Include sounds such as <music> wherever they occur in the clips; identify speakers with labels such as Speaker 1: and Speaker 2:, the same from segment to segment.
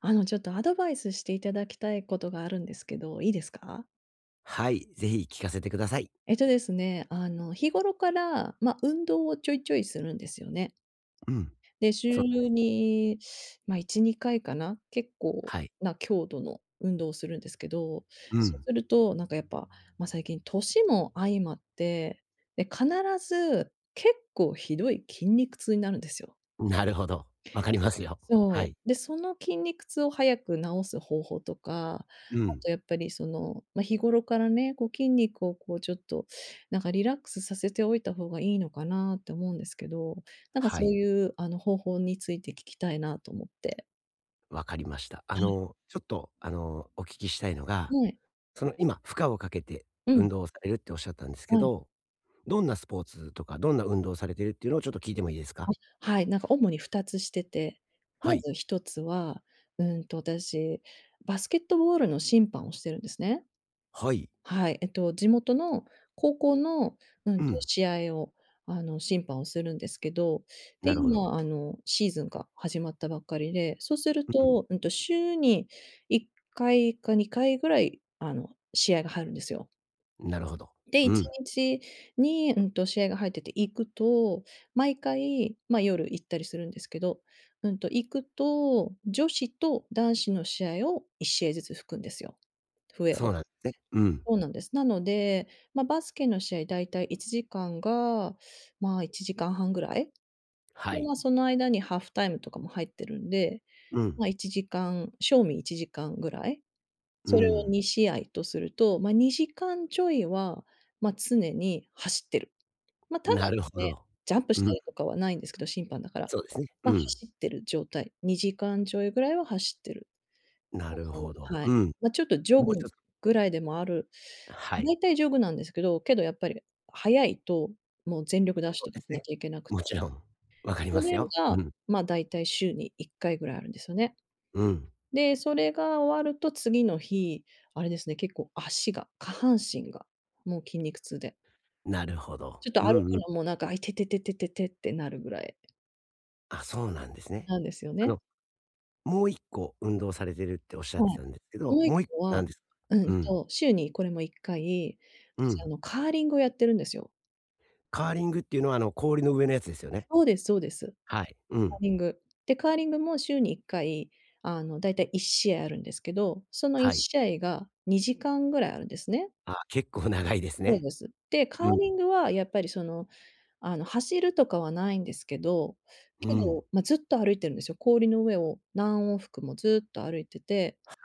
Speaker 1: ちょっとアドバイスしていただきたいことがあるんですけど、いいですか？
Speaker 2: はい、ぜひ聞かせてください。
Speaker 1: えっとですね、あの、日頃から、運動をちょいちょいするんですよね。
Speaker 2: うん。
Speaker 1: で、週
Speaker 2: そうなんですね。
Speaker 1: に、1、2回かいかな、結構
Speaker 2: はい。
Speaker 1: な強度の運動をするんですけど、
Speaker 2: う
Speaker 1: そう
Speaker 2: ん。
Speaker 1: すると、なんかやっぱ、最近年も相まって、で、必ず結構ひどい筋肉痛になるんですよ。
Speaker 2: なるほど。わかりますよ。は
Speaker 1: そ
Speaker 2: い。
Speaker 1: う。で、その筋肉痛を早く治す方法とか、あ
Speaker 2: うん。
Speaker 1: とやっぱりその、日頃からね、こう筋肉をこうちょっと、なんかリラックスさせておいた方がいいのかなって思うんですけど、なんか
Speaker 2: は
Speaker 1: そう
Speaker 2: い、
Speaker 1: いう方法について聞きたいなと思って。
Speaker 2: わかりました。ちょっと、お聞きしたいのが、
Speaker 1: はい。
Speaker 2: 今、負荷をかけて
Speaker 1: う
Speaker 2: 運
Speaker 1: ん。
Speaker 2: 動をされるっておっしゃったんですけ
Speaker 1: はい。
Speaker 2: ど、どんなスポーツとか、どんな運動をされてるっていうのをちょっと聞いてもいいですか？
Speaker 1: はい、なんか主に2つしてて、
Speaker 2: は
Speaker 1: ま
Speaker 2: い。
Speaker 1: ず1つは、私、バスケットボールの審判をしてるんですね。
Speaker 2: はい。
Speaker 1: はい、地元の高校の、
Speaker 2: うん。
Speaker 1: 試合を、審判をするんですけど、で、
Speaker 2: なるほど。
Speaker 1: 今、シーズンが始まったばっかりで、そうする
Speaker 2: う
Speaker 1: と、週に1回か2回ぐらい、試合が入るんですよ。
Speaker 2: ん。なるほど。
Speaker 1: で、
Speaker 2: う
Speaker 1: 1
Speaker 2: ん。
Speaker 1: 日にちに、試合が入ってて行くと、毎回、夜行ったりするんですけど、行くと、女子と男子の試合を1試合ずつ吹くんですよ、笛
Speaker 2: そう
Speaker 1: を。
Speaker 2: なんですね。うん。
Speaker 1: そうなんです。なので、バスケの試合だいたい1時間が、1時間半ぐらい。
Speaker 2: は
Speaker 1: で、
Speaker 2: い。
Speaker 1: その間にハーフタイムとかも入ってるんで、
Speaker 2: うん。
Speaker 1: 1時間正味1時間ぐらい。
Speaker 2: う
Speaker 1: それを
Speaker 2: ん。
Speaker 1: 2試合とすると、2時間ちょいは、常に走ってる。ただ
Speaker 2: なるほ
Speaker 1: ね、
Speaker 2: ど。
Speaker 1: ジャンプし
Speaker 2: う
Speaker 1: た
Speaker 2: ん。
Speaker 1: りとかはないんですけど、審判だから。
Speaker 2: そうですね。うん。
Speaker 1: 走ってる状態、2時間ちょいぐらいは走ってる。あ
Speaker 2: なる
Speaker 1: の
Speaker 2: ほど。
Speaker 1: は
Speaker 2: う
Speaker 1: い。
Speaker 2: ん。
Speaker 1: ちょっとジョ
Speaker 2: もう
Speaker 1: グ
Speaker 2: 一つ。
Speaker 1: ぐらいでもある
Speaker 2: はい。
Speaker 1: 大体ジョグなんですけど、けどやっぱり速いと、もう全力ダッシュ
Speaker 2: そうで
Speaker 1: とか
Speaker 2: す
Speaker 1: しな
Speaker 2: ね。
Speaker 1: きゃいけなくて、
Speaker 2: もちろん、わかり
Speaker 1: そ
Speaker 2: ます
Speaker 1: れ
Speaker 2: よ。う
Speaker 1: が、
Speaker 2: ん。
Speaker 1: 大体週に1回ぐらいあるんですよね。
Speaker 2: うん。
Speaker 1: で、それが終わると次の日、あれですね、結構足が、下半身が、もう筋肉痛で、
Speaker 2: なるほど。
Speaker 1: ちょっと
Speaker 2: う
Speaker 1: 歩く
Speaker 2: んうん。
Speaker 1: のもなんか、あ、いててててててってなるぐらい
Speaker 2: あ、そうなんですね。
Speaker 1: なんですよ
Speaker 2: あ
Speaker 1: ね。
Speaker 2: の、もう一個運動されてるっておっしゃっ
Speaker 1: は
Speaker 2: て
Speaker 1: い。
Speaker 2: たんですけ
Speaker 1: も
Speaker 2: ど、
Speaker 1: う1
Speaker 2: もう一個
Speaker 1: 個は
Speaker 2: 何ですか？うん。
Speaker 1: 週にこれも1回、
Speaker 2: う
Speaker 1: 私
Speaker 2: ん。
Speaker 1: カーリングをやってるんですよ。
Speaker 2: カーリングっていうのは、あの、氷の上のやつですよね？
Speaker 1: そうですそうです。
Speaker 2: はい。う
Speaker 1: カー
Speaker 2: ん。
Speaker 1: リング。で、カーリングも週に1回、だいたい1試合あいあるんですけど、その
Speaker 2: はい。
Speaker 1: 1試合が2時間ぐらいあるんですね。
Speaker 2: あ、結構長いです
Speaker 1: そう
Speaker 2: ね。
Speaker 1: です。で、カ
Speaker 2: う
Speaker 1: ー
Speaker 2: ん。
Speaker 1: リングはやっぱりその、走るとかはないんですけど、
Speaker 2: う
Speaker 1: け
Speaker 2: ん。
Speaker 1: ど、ずっと歩いてるんですよ。氷の上を何往復もずっと歩いてて
Speaker 2: はい。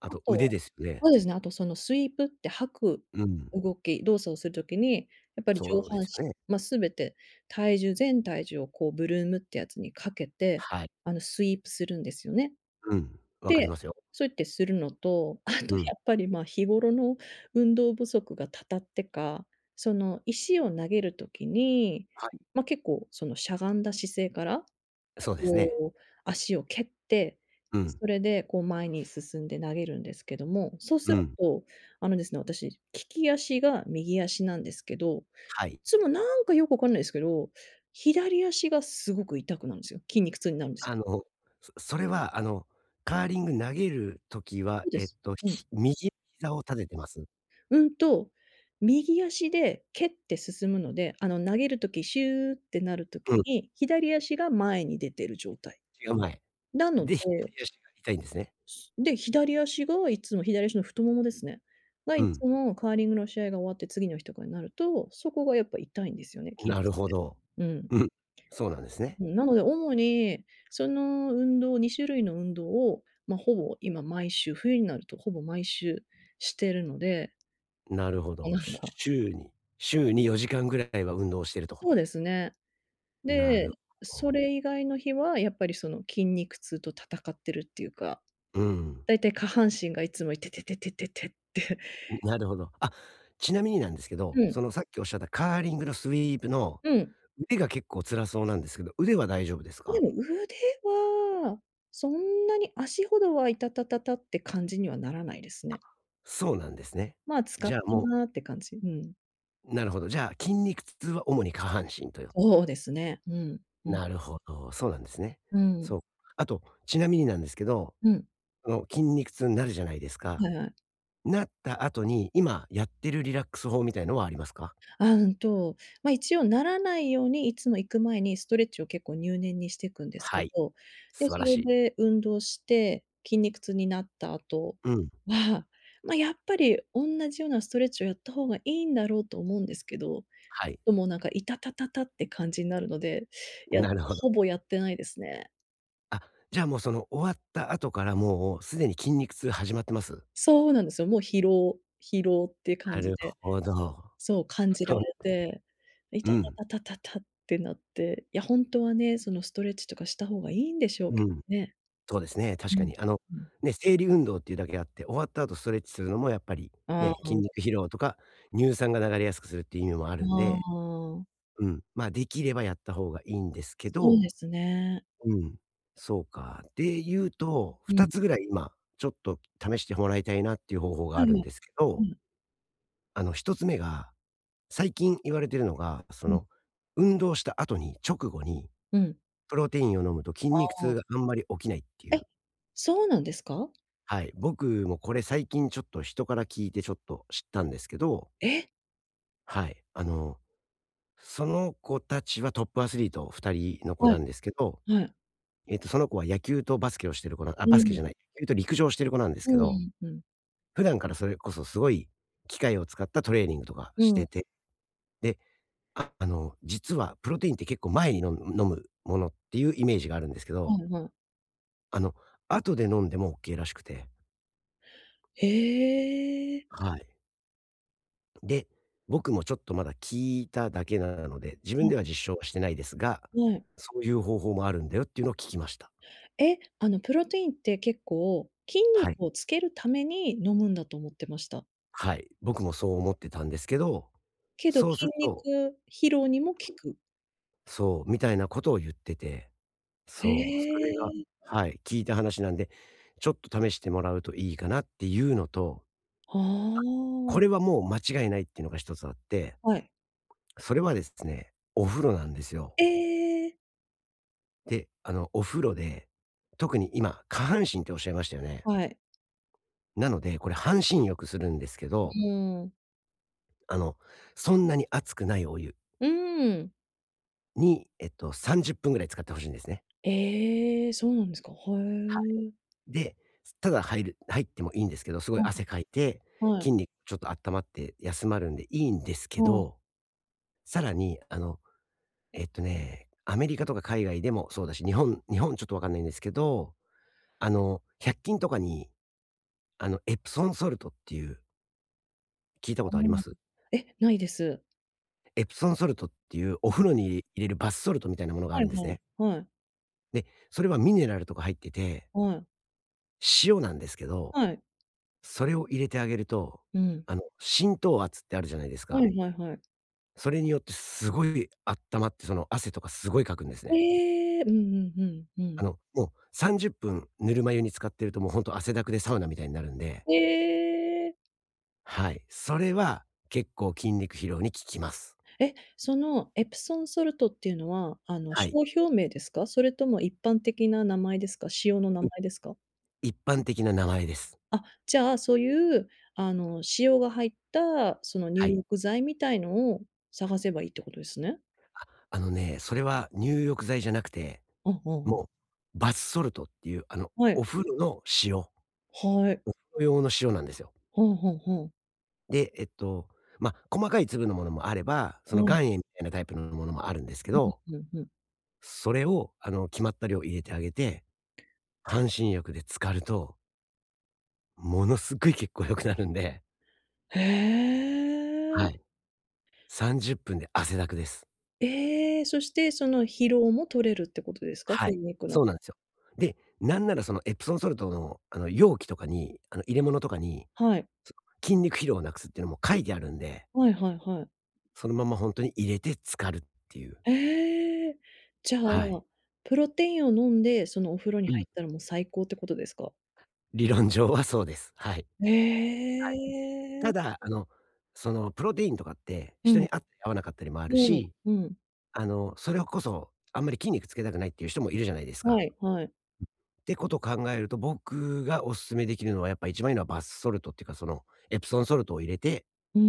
Speaker 2: あ
Speaker 1: あ
Speaker 2: と腕
Speaker 1: と
Speaker 2: ですよね。
Speaker 1: そうですね、あとそのスイープって吐く
Speaker 2: うん。
Speaker 1: 動作をする時に、やっぱり上
Speaker 2: そうで
Speaker 1: 半身、
Speaker 2: すよね。
Speaker 1: ま、全て全体重をこうブルームってやつにかけて、
Speaker 2: はい。
Speaker 1: スイープするんですよね。
Speaker 2: うん。わかり
Speaker 1: で、
Speaker 2: ますよ。
Speaker 1: そうやってするのと、あとや
Speaker 2: うん。
Speaker 1: っぱり、日頃の運動不足がたたってか、その石を投げる時に、
Speaker 2: はい。
Speaker 1: 結構そのしゃがんだ姿勢から
Speaker 2: そうですね。
Speaker 1: こう、足を蹴って、
Speaker 2: うん。
Speaker 1: それでこう前に進んで投げるんですけども、そうす
Speaker 2: う
Speaker 1: る
Speaker 2: ん。
Speaker 1: と、あのですね、私、利き足が右足なんですけど、
Speaker 2: は
Speaker 1: い
Speaker 2: い。
Speaker 1: つもなんかよくわかんないですけど、左足がすごく痛くなるんですよ。筋肉痛になるんです。
Speaker 2: あの、それは、カーリング投げる時は、
Speaker 1: そうです。うん。
Speaker 2: 右膝を立ててます。
Speaker 1: うんと、右足で蹴って進むので、あの投げるときシューってなるとき
Speaker 2: うん、
Speaker 1: に、左足が前に出てる状態。
Speaker 2: 違う前。
Speaker 1: なので
Speaker 2: で、左足が痛いんですね。
Speaker 1: で、左足がいつも左足の太ももですね。が、
Speaker 2: う
Speaker 1: いつ
Speaker 2: ん。
Speaker 1: もカーリングの試合が終わって次の日とかになると、そこがやっぱ痛いんですよね、筋肉
Speaker 2: なるほど。
Speaker 1: で。うん。
Speaker 2: うん、そうなんですね。
Speaker 1: うん、なので主に、その運動、2種類の運動を、ほぼ今毎週、冬になるとほぼ毎週してるので、
Speaker 2: なるほ
Speaker 1: もう
Speaker 2: ど。
Speaker 1: なん
Speaker 2: し
Speaker 1: か
Speaker 2: 週に週に4時間ぐらいは運動してると。
Speaker 1: そうですね。
Speaker 2: な
Speaker 1: で、
Speaker 2: るほ
Speaker 1: そ
Speaker 2: ど。
Speaker 1: れ以外の日はやっぱりその筋肉痛と戦ってるっていうか、
Speaker 2: うん、
Speaker 1: だいたい下半身がいつもいててててててって。
Speaker 2: なるほど。あ、ちなみになんですけ
Speaker 1: <laughs>
Speaker 2: ど、
Speaker 1: うん、
Speaker 2: そのさっきおっしゃったカーリングのスイープの
Speaker 1: うん。
Speaker 2: 腕が結構辛そうなんですけど、腕は大丈夫です
Speaker 1: で
Speaker 2: か？
Speaker 1: も腕は、そんなに足ほどは、いたたたたって感じにはならないですね。
Speaker 2: そうなんですね。
Speaker 1: 使っ
Speaker 2: じゃあ、
Speaker 1: たなって感じ。うん。
Speaker 2: なるほど。じゃあ、筋肉痛は主に下半身とよ、
Speaker 1: そうですね。うん。うん。
Speaker 2: なるほど、そうなんですね。
Speaker 1: うん。
Speaker 2: そう。あと、ちなみになんですけど、
Speaker 1: うん。
Speaker 2: 筋肉痛になるじゃないですか。
Speaker 1: はいはい。
Speaker 2: なった後に、今やってるリラックス法みたいのはありますか？
Speaker 1: あ、んと、まあ、一応ならないように、いつも行く前にストレッチを結構入念にしてくんですけ
Speaker 2: はい、
Speaker 1: ど、で、
Speaker 2: 素晴
Speaker 1: そ
Speaker 2: らし
Speaker 1: れ
Speaker 2: い。
Speaker 1: で運動して、筋肉痛になった後
Speaker 2: うん、
Speaker 1: は、やっぱりおんなじようなストレッチをやった方がいいんだろうと思うんですけど
Speaker 2: はい、
Speaker 1: ともうなんか、いたたたたって感じになるので、いや、なんか
Speaker 2: なるほど。
Speaker 1: ほぼやってないですね。
Speaker 2: あ、じゃあ、もうその終わった後からもうすでに筋肉痛始まってます？
Speaker 1: そうなんですよ、もう疲労疲労っていう
Speaker 2: な
Speaker 1: 感じ
Speaker 2: る
Speaker 1: で、
Speaker 2: ほど。
Speaker 1: そう、感じら
Speaker 2: そ
Speaker 1: れ
Speaker 2: う、
Speaker 1: て、い
Speaker 2: う
Speaker 1: た
Speaker 2: ん、
Speaker 1: たたたたたってなって、いや、ほんとはね、そのストレッチとかした方がいいんでしょう
Speaker 2: う
Speaker 1: け
Speaker 2: ん。
Speaker 1: どね。
Speaker 2: そうですね、
Speaker 1: う
Speaker 2: 確か
Speaker 1: ん、
Speaker 2: に。
Speaker 1: うん。
Speaker 2: ね、生理運動っていうだけあって、終わった後ストレッチするのもやっぱり、
Speaker 1: あ
Speaker 2: ね、筋
Speaker 1: あ、
Speaker 2: 肉疲労とか、乳酸が流れやすくするっていう意味もあるん
Speaker 1: あ
Speaker 2: で、
Speaker 1: あ、
Speaker 2: うん、まあ、できればやった方がいいんですけ
Speaker 1: そう
Speaker 2: ど、
Speaker 1: ですね。
Speaker 2: うん、そうか。で言うと、
Speaker 1: う
Speaker 2: 2
Speaker 1: ん。
Speaker 2: つぐらい今、ちょっと試してもらいたいなっていう方法が
Speaker 1: は
Speaker 2: あ
Speaker 1: い
Speaker 2: る
Speaker 1: は
Speaker 2: ん
Speaker 1: い。
Speaker 2: ですけ
Speaker 1: う
Speaker 2: ど、
Speaker 1: ん、
Speaker 2: 1つ目が、最近言われてるのが、
Speaker 1: うん、
Speaker 2: 運動した後に、直後に、
Speaker 1: うん。
Speaker 2: プロテインを飲むと筋
Speaker 1: あ
Speaker 2: 肉痛
Speaker 1: あ、
Speaker 2: があんまり起きないってい
Speaker 1: え、
Speaker 2: う。
Speaker 1: そうなんですか？
Speaker 2: はい。僕もこれ最近ちょっと人から聞いてちょっと知ったんですけど、
Speaker 1: え、
Speaker 2: はい。その子たちはトップアスリート2人の子
Speaker 1: は
Speaker 2: な
Speaker 1: い、
Speaker 2: んですけど、
Speaker 1: はい。
Speaker 2: その子は野球とバスケをしてる子なあ、
Speaker 1: う
Speaker 2: バスケ
Speaker 1: ん、
Speaker 2: じゃない、野球と陸上をしてる子なんです
Speaker 1: う
Speaker 2: けど、
Speaker 1: ん、うん、
Speaker 2: 普段からそれこそすごい機械を使ったトレーニングとか
Speaker 1: う
Speaker 2: して
Speaker 1: ん、
Speaker 2: て、で、実はプロテインって結構前に飲むものっていうイメージがあるんですけ
Speaker 1: は
Speaker 2: ど、
Speaker 1: いはい。
Speaker 2: あの、後で飲んでも OK らしくて。
Speaker 1: へえ。
Speaker 2: はい。で、僕もちょっとまだ聞いただけなので、自
Speaker 1: は
Speaker 2: 分で
Speaker 1: い
Speaker 2: は実証はしてないですが、
Speaker 1: はい。
Speaker 2: そういう方法もあるんだよっていうのを聞きました。
Speaker 1: え、あのプロテインって結構、筋
Speaker 2: はい。
Speaker 1: 肉をつけるために飲むんだと思ってました。
Speaker 2: はい。僕もそう思ってたんですけど、
Speaker 1: けど、
Speaker 2: そうす
Speaker 1: 筋
Speaker 2: ると、
Speaker 1: 肉疲労にも効く。
Speaker 2: そう、みたいなことを言ってて、
Speaker 1: へ
Speaker 2: そう、それが、
Speaker 1: え。
Speaker 2: はい、聞いた話なんで、ちょっと試してもらうといいかなっていうのと、
Speaker 1: あ
Speaker 2: これ
Speaker 1: あ、
Speaker 2: はもう間違いないっていうのが一つあって、
Speaker 1: はい。
Speaker 2: それはですね、お風呂なんですよ。
Speaker 1: ええ、
Speaker 2: で、お風呂で、特に今、下半身っておっしゃいましたよね。
Speaker 1: はい。
Speaker 2: なので、これ半身浴するんですけど、
Speaker 1: うん。
Speaker 2: あの、そんなに熱くないお湯
Speaker 1: うーん。
Speaker 2: に、30分ぐらい使ってほしいんですね。
Speaker 1: ええ、そうなんですか。へ
Speaker 2: は
Speaker 1: え。
Speaker 2: い。で、ただ入ってもいいんですけど、すごい
Speaker 1: あ、
Speaker 2: 汗かいて、
Speaker 1: はい。
Speaker 2: 筋肉ちょっと温まって休まるんでいいんですけ
Speaker 1: はい。
Speaker 2: ど、さらに、アメリカとか海外でもそうだし、日本ちょっとわかんないんですけど、百均とかに、エプソンソルトっていう聞いたこ
Speaker 1: う
Speaker 2: とありま
Speaker 1: ん。
Speaker 2: す？
Speaker 1: え、ないです。
Speaker 2: エプソンソルトっていうお
Speaker 1: う
Speaker 2: 風
Speaker 1: ん。
Speaker 2: 呂に入れるバスソルトみたいなものがあ
Speaker 1: は
Speaker 2: る
Speaker 1: い
Speaker 2: んです
Speaker 1: はい。
Speaker 2: ね。
Speaker 1: はい。
Speaker 2: で、それはミネラルとか入ってて、
Speaker 1: はい。
Speaker 2: 塩なんですけど、
Speaker 1: はい。
Speaker 2: それを入れてあげると、
Speaker 1: うん。
Speaker 2: 浸透圧ってあるじゃないです
Speaker 1: は
Speaker 2: か。
Speaker 1: いはいはい。
Speaker 2: それによってすごい温まって、その汗とかすごいかくんですね。
Speaker 1: ええ、うんうんうん、うん。
Speaker 2: もう30分ぬるま湯に使ってるともうほんと汗だくでサウナみたいになるんで、
Speaker 1: ええ。
Speaker 2: はい。それは結構筋肉疲労に効きます。
Speaker 1: え、そのエプソンソルトっていうのは、
Speaker 2: はい。
Speaker 1: 商標名ですか？それとも一般的な名前ですか？使用の名
Speaker 2: う
Speaker 1: 前ですか？
Speaker 2: 一般的な名前です。
Speaker 1: あ、じゃあ、そういう、塩が入った、その入
Speaker 2: はい。
Speaker 1: 浴剤みたいのを探せばいいってことですね。
Speaker 2: あのね、それは入浴剤じゃなくて、
Speaker 1: うんうんうん。
Speaker 2: もうバスソルトっていう、あの、
Speaker 1: は
Speaker 2: お
Speaker 1: い。
Speaker 2: 風呂の塩。
Speaker 1: はい。
Speaker 2: お風呂用の塩なんですよ。
Speaker 1: ふんふんふん。
Speaker 2: で、ま、細かい粒のものもあれば、そ
Speaker 1: は
Speaker 2: の
Speaker 1: い。
Speaker 2: 岩塩みたいなタイプのものもあるんですけど、
Speaker 1: ふんふん。
Speaker 2: それを、決まった量入れてあげて、半身浴で浸かると、ものすっごい血行良くなるんで、
Speaker 1: へえ。
Speaker 2: はい、30分で汗だくです。
Speaker 1: ええ、そしてその疲労も取れるってことですか？
Speaker 2: はい、
Speaker 1: 筋肉
Speaker 2: そ
Speaker 1: の。
Speaker 2: うなんですよ。で、なんならそのエプソンソルトの、容器とかに、入れ物とかに、
Speaker 1: はい。
Speaker 2: そ筋肉疲労をなくすっていうのも書いてあるんで、
Speaker 1: はいはいはい。
Speaker 2: そのままほんとに入れて浸かるっていう。
Speaker 1: ええ、じゃあ、
Speaker 2: はい。
Speaker 1: プロテインを飲んで、そのお風呂に
Speaker 2: うん。
Speaker 1: 入ったらもう最高ってことですか？
Speaker 2: 理論上はそうです。はい。
Speaker 1: え
Speaker 2: はい。た
Speaker 1: え。
Speaker 2: だ、プロテインとかって、
Speaker 1: う
Speaker 2: 人
Speaker 1: ん、
Speaker 2: に合ったり合わなかったりもあ
Speaker 1: う
Speaker 2: る
Speaker 1: ん、
Speaker 2: し、
Speaker 1: うん。
Speaker 2: それこそ、あんまり筋肉つけたくないっていう人もいるじゃないですか。
Speaker 1: はいはい。
Speaker 2: ってことを考えると、僕がおすすめできるのは、やっぱ一番いいのはバスソルトっていうか、その、エプソンソルトを入れて、
Speaker 1: うー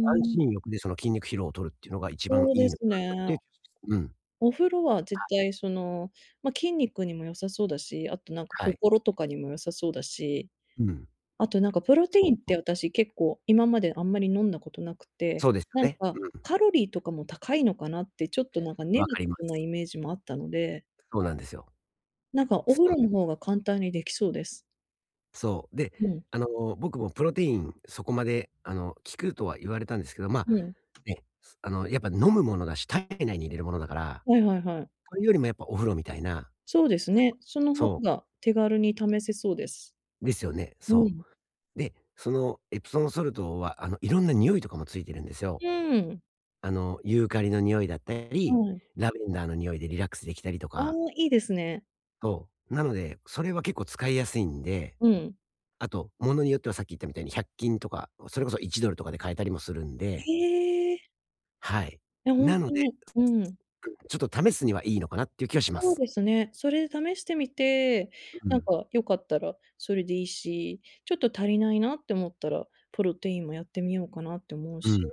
Speaker 2: 半
Speaker 1: ん、
Speaker 2: 身浴でその筋肉疲労を取るっていうのが一番
Speaker 1: そう
Speaker 2: い
Speaker 1: で
Speaker 2: いのか
Speaker 1: す
Speaker 2: なっ
Speaker 1: ね。
Speaker 2: ていう気がします。うん。
Speaker 1: お風呂は絶対その、筋肉にも良さそうだし、あとなんか
Speaker 2: はい。
Speaker 1: 心とかにも良さそうだし、
Speaker 2: うん。
Speaker 1: あとなんかプロテイ
Speaker 2: そ
Speaker 1: ンっ
Speaker 2: う。
Speaker 1: て私結構今まであんまり飲んだことなくて、
Speaker 2: そうです
Speaker 1: な
Speaker 2: よ
Speaker 1: ん
Speaker 2: ね。
Speaker 1: か
Speaker 2: うん。
Speaker 1: カロリーとかも高いのかなってちょっとなんかネ
Speaker 2: わ
Speaker 1: ガティ
Speaker 2: かりま
Speaker 1: ブな
Speaker 2: す。
Speaker 1: イメージもあったので
Speaker 2: そうなんですよ。
Speaker 1: なんかお風
Speaker 2: そう。
Speaker 1: 呂の方が簡単にできそうです。
Speaker 2: そう。で、
Speaker 1: うん、
Speaker 2: あの、僕もプロテイン、そこまで、効くとは言われたんですけど、まあ、
Speaker 1: うん。
Speaker 2: ね、すあの、やっぱ飲むものだし、体内に入れるものだから、
Speaker 1: はいはいはい。
Speaker 2: それよりもやっぱお風呂みたいな、
Speaker 1: そうですね。その方
Speaker 2: そ
Speaker 1: が手軽に試せそうです。
Speaker 2: う、ですよね、
Speaker 1: う
Speaker 2: そ
Speaker 1: ん。
Speaker 2: う。で、そのエプソンソルトは、いろんな匂いとかもついてるんですよ。
Speaker 1: うん。
Speaker 2: ユーカリの匂いだった
Speaker 1: は
Speaker 2: り、
Speaker 1: い。
Speaker 2: ラベンダーの匂いでリラックスできたりと
Speaker 1: ああ、
Speaker 2: か、
Speaker 1: いいですね。
Speaker 2: そう。なので、それは結構使いやすいんで、
Speaker 1: うん。
Speaker 2: あと、物によってはさっき言ったみたいに100均とか、それこそ1ドルとかで買えたりもするんで、
Speaker 1: ええ、い
Speaker 2: はい。
Speaker 1: やほん
Speaker 2: なの
Speaker 1: と
Speaker 2: で、
Speaker 1: に、うん。
Speaker 2: うん、ちょっと試すにはいいのかなっていう気はしま
Speaker 1: そう
Speaker 2: す。
Speaker 1: ですね。それ試してみて、
Speaker 2: う
Speaker 1: なん
Speaker 2: ん。
Speaker 1: か良かったらそれでいいし、ちょっと足りないなって思ったら、プロテインもやってみようかなって思う
Speaker 2: う
Speaker 1: し、い
Speaker 2: ん。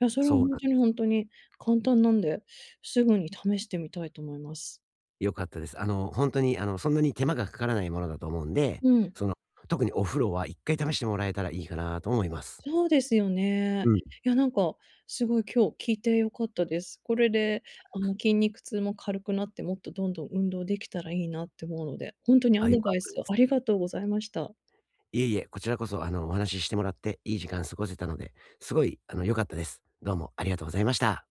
Speaker 1: や、それはほ
Speaker 2: そう
Speaker 1: ん
Speaker 2: なん
Speaker 1: とにほんとに簡単なんで、すぐに試してみたいと思います。
Speaker 2: 良かったです。本当に、そんなに手間がかからないものだと思うんで、
Speaker 1: うん、
Speaker 2: その、特にお風呂は1回試してもらえたらいいかなと思います。
Speaker 1: そうですよね。
Speaker 2: うん。
Speaker 1: いや、なんか、すごい今日聞いて良かったです。これで、筋肉痛も軽くなって、もっとどんどん運動できたらいいなって思うので、ほんとにア
Speaker 2: あ、良
Speaker 1: ド
Speaker 2: かっ
Speaker 1: バイ
Speaker 2: た
Speaker 1: ス
Speaker 2: です。
Speaker 1: ありがとうございました。
Speaker 2: いえいえ、こちらこそ、お話ししてもらっていい時間過ごせたので、すごい、良かったです。どうもありがとうございました。